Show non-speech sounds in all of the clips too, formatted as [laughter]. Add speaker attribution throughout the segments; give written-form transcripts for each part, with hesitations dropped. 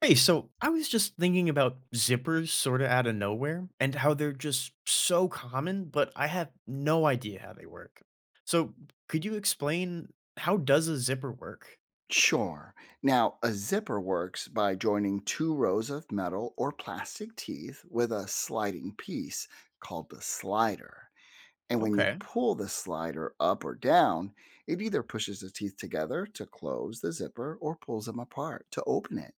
Speaker 1: Hey, so I was just thinking about zippers sort of out of nowhere and how they're just so common, but I have no idea how they work. So, could you explain how does a zipper work?
Speaker 2: Sure. Now, a zipper works by joining two rows of metal or plastic teeth with a sliding piece called the slider. And when you
Speaker 1: Okay.
Speaker 2: pull the slider up or down, it either pushes the teeth together to close the zipper or pulls them apart to open it.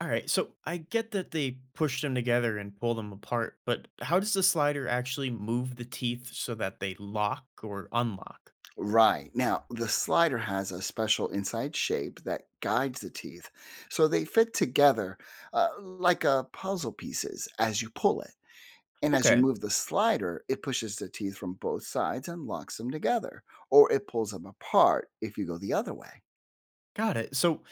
Speaker 1: All right, so I get that they push them together and pull them apart, but how does the slider actually move the teeth so that they lock or unlock?
Speaker 2: Right. Now, the slider has a special inside shape that guides the teeth so they fit together like puzzle pieces as you pull it. And as you
Speaker 1: Okay.
Speaker 2: move the slider, it pushes the teeth from both sides and locks them together, or it pulls them apart if you go the other way.
Speaker 1: Got it. So,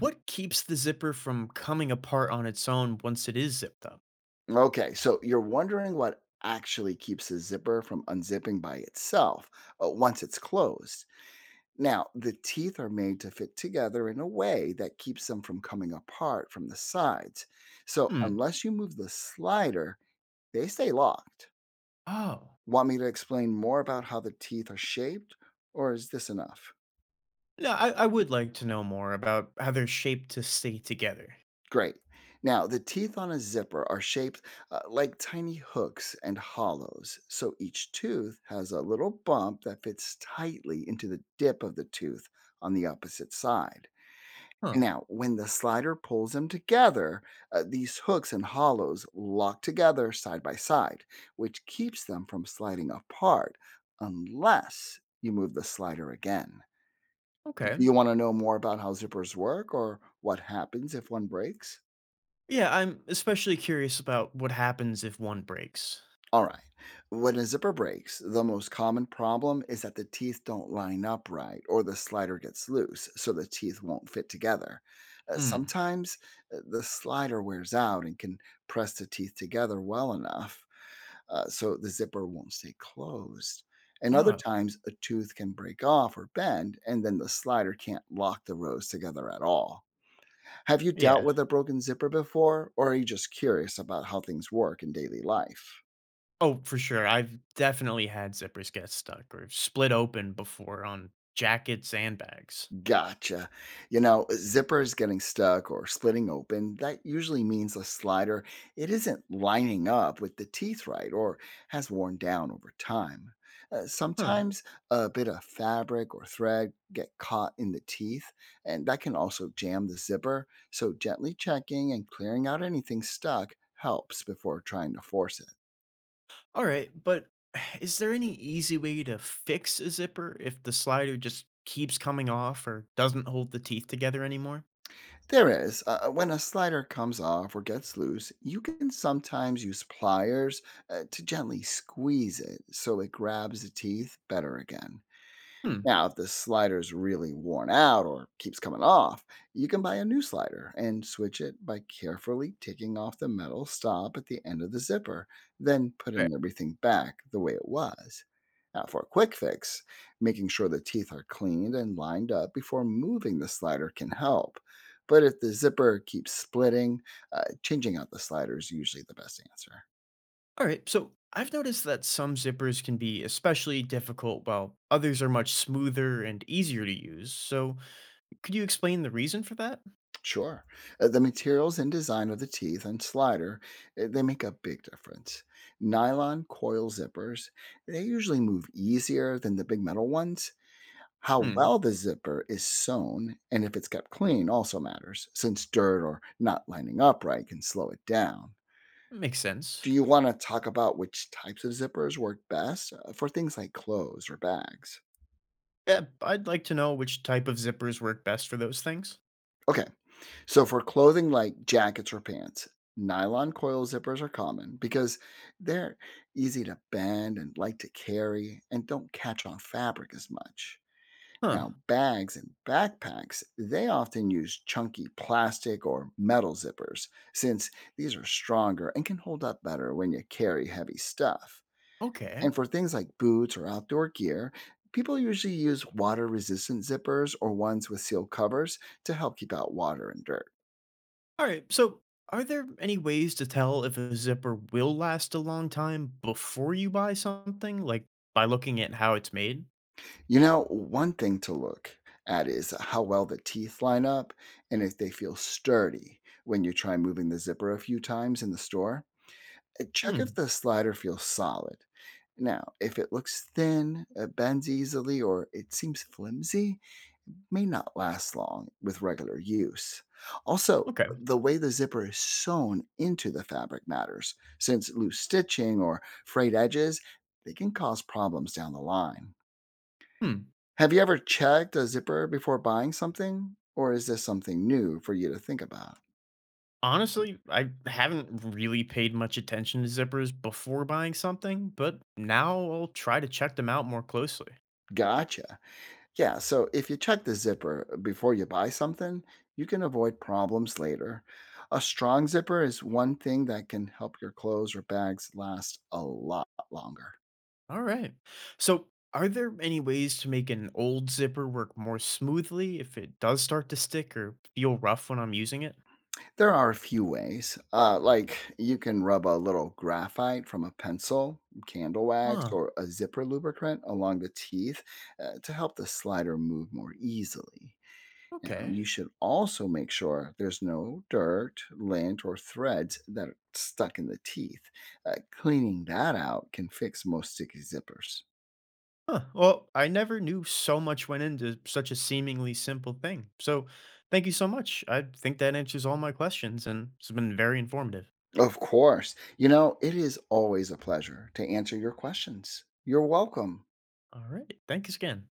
Speaker 1: what keeps the zipper from coming apart on its own once it is zipped up?
Speaker 2: Okay, so you're wondering what actually keeps the zipper from unzipping by itself once it's closed. Now, the teeth are made to fit together in a way that keeps them from coming apart from the sides. So,
Speaker 1: Hmm.
Speaker 2: unless you move the slider, they stay locked.
Speaker 1: Oh.
Speaker 2: Want me to explain more about how the teeth are shaped, or is this enough?
Speaker 1: No, I would like to know more about how they're shaped to stay together.
Speaker 2: Great. Now, the teeth on a zipper are shaped like tiny hooks and hollows. So each tooth has a little bump that fits tightly into the dip of the tooth on the opposite side.
Speaker 1: Huh.
Speaker 2: Now, when the slider pulls them together, these hooks and hollows lock together side by side, which keeps them from sliding apart unless you move the slider again. Do
Speaker 1: Okay.
Speaker 2: you want to know more about how zippers work or what happens if one breaks?
Speaker 1: Yeah, I'm especially curious about what happens if one breaks.
Speaker 2: All right. When a zipper breaks, the most common problem is that the teeth don't line up right or the slider gets loose, so the teeth won't fit together.
Speaker 1: Mm.
Speaker 2: Sometimes the slider wears out and can press the teeth together well enough so the zipper won't stay closed. And other
Speaker 1: Oh.
Speaker 2: times, a tooth can break off or bend, and then the slider can't lock the rows together at all. Have you dealt
Speaker 1: Yeah.
Speaker 2: with a broken zipper before, or are you just curious about how things work in daily life?
Speaker 1: Oh, for sure. I've definitely had zippers get stuck or split open before on jackets and bags.
Speaker 2: Gotcha. You know, zippers getting stuck or splitting open, that usually means the slider it isn't lining up with the teeth right or has worn down over time.
Speaker 1: Huh.
Speaker 2: Sometimes a bit of fabric or thread get caught in the teeth and that can also jam the zipper, so gently checking and clearing out anything stuck helps before trying to force it.
Speaker 1: All right, but [sighs] is there any easy way to fix a zipper if the slider just keeps coming off or doesn't hold the teeth together anymore?
Speaker 2: There is. When a slider comes off or gets loose, you can sometimes use pliers to gently squeeze it so it grabs the teeth better again.
Speaker 1: Hmm.
Speaker 2: Now, if the slider's really worn out or keeps coming off, you can buy a new slider and switch it by carefully taking off the metal stop at the end of the zipper, then putting everything back the way it was. Now, for a quick fix, making sure the teeth are cleaned and lined up before moving the slider can help. But if the zipper keeps splitting, changing out the slider is usually the best answer.
Speaker 1: All right, so I've noticed that some zippers can be especially difficult while others are much smoother and easier to use. So, could you explain the reason for that?
Speaker 2: Sure. The materials and design of the teeth and slider, they make a big difference. Nylon coil zippers, they usually move easier than the big metal ones. How
Speaker 1: Hmm,
Speaker 2: well the zipper is sewn and if it's kept clean also matters, since dirt or not lining up right can slow it down.
Speaker 1: makes sense.
Speaker 2: Do you want to talk about which types of zippers work best for things like clothes or bags?
Speaker 1: Yeah, I'd like to know which type of zippers work best for those things.
Speaker 2: Okay. So for clothing like jackets or pants, nylon coil zippers are common because they're easy to bend and light to carry and don't catch on fabric as much.
Speaker 1: Huh,
Speaker 2: Now, bags and backpacks, they often use chunky plastic or metal zippers since these are stronger and can hold up better when you carry heavy stuff.
Speaker 1: okay.
Speaker 2: And for things like boots or outdoor gear, people usually use water resistant zippers or ones with sealed covers to help keep out water and dirt.
Speaker 1: All right, so are there any ways to tell if a zipper will last a long time before you buy something, like by looking at how it's made?
Speaker 2: You know, one thing to look at is how well the teeth line up and if they feel sturdy when you try moving the zipper a few times in the store. Check if
Speaker 1: Hmm,
Speaker 2: the slider feels solid. Now, if it looks thin, it bends easily, or it seems flimsy, it may not last long with regular use. Also,
Speaker 1: okay.
Speaker 2: the way the zipper is sewn into the fabric matters, since loose stitching or frayed edges, they can cause problems down the line.
Speaker 1: Hmm.
Speaker 2: Have you ever checked a zipper before buying something? Or is this something new for you to think about?
Speaker 1: Honestly, I haven't really paid much attention to zippers before buying something, but now I'll try to check them out more closely.
Speaker 2: Gotcha. Yeah, so if you check the zipper before you buy something, you can avoid problems later. A strong zipper is one thing that can help your clothes or bags last a lot longer.
Speaker 1: All right. So, are there any ways to make an old zipper work more smoothly if it does start to stick or feel rough when I'm using it?
Speaker 2: There are a few ways, like you can rub a little graphite from a pencil, candle wax,
Speaker 1: Huh.
Speaker 2: or a zipper lubricant along the teeth to help the slider move more easily. Now,
Speaker 1: Okay.
Speaker 2: you should also make sure there's no dirt, lint, or threads that are stuck in the teeth. Cleaning that out can fix most sticky zippers.
Speaker 1: Huh. Well, I never knew so much went into such a seemingly simple thing. So, thank you so much. I think that answers all my questions and it's been very informative.
Speaker 2: Of course, you know, it is always a pleasure to answer your questions. You're welcome.
Speaker 1: All right. Thanks again.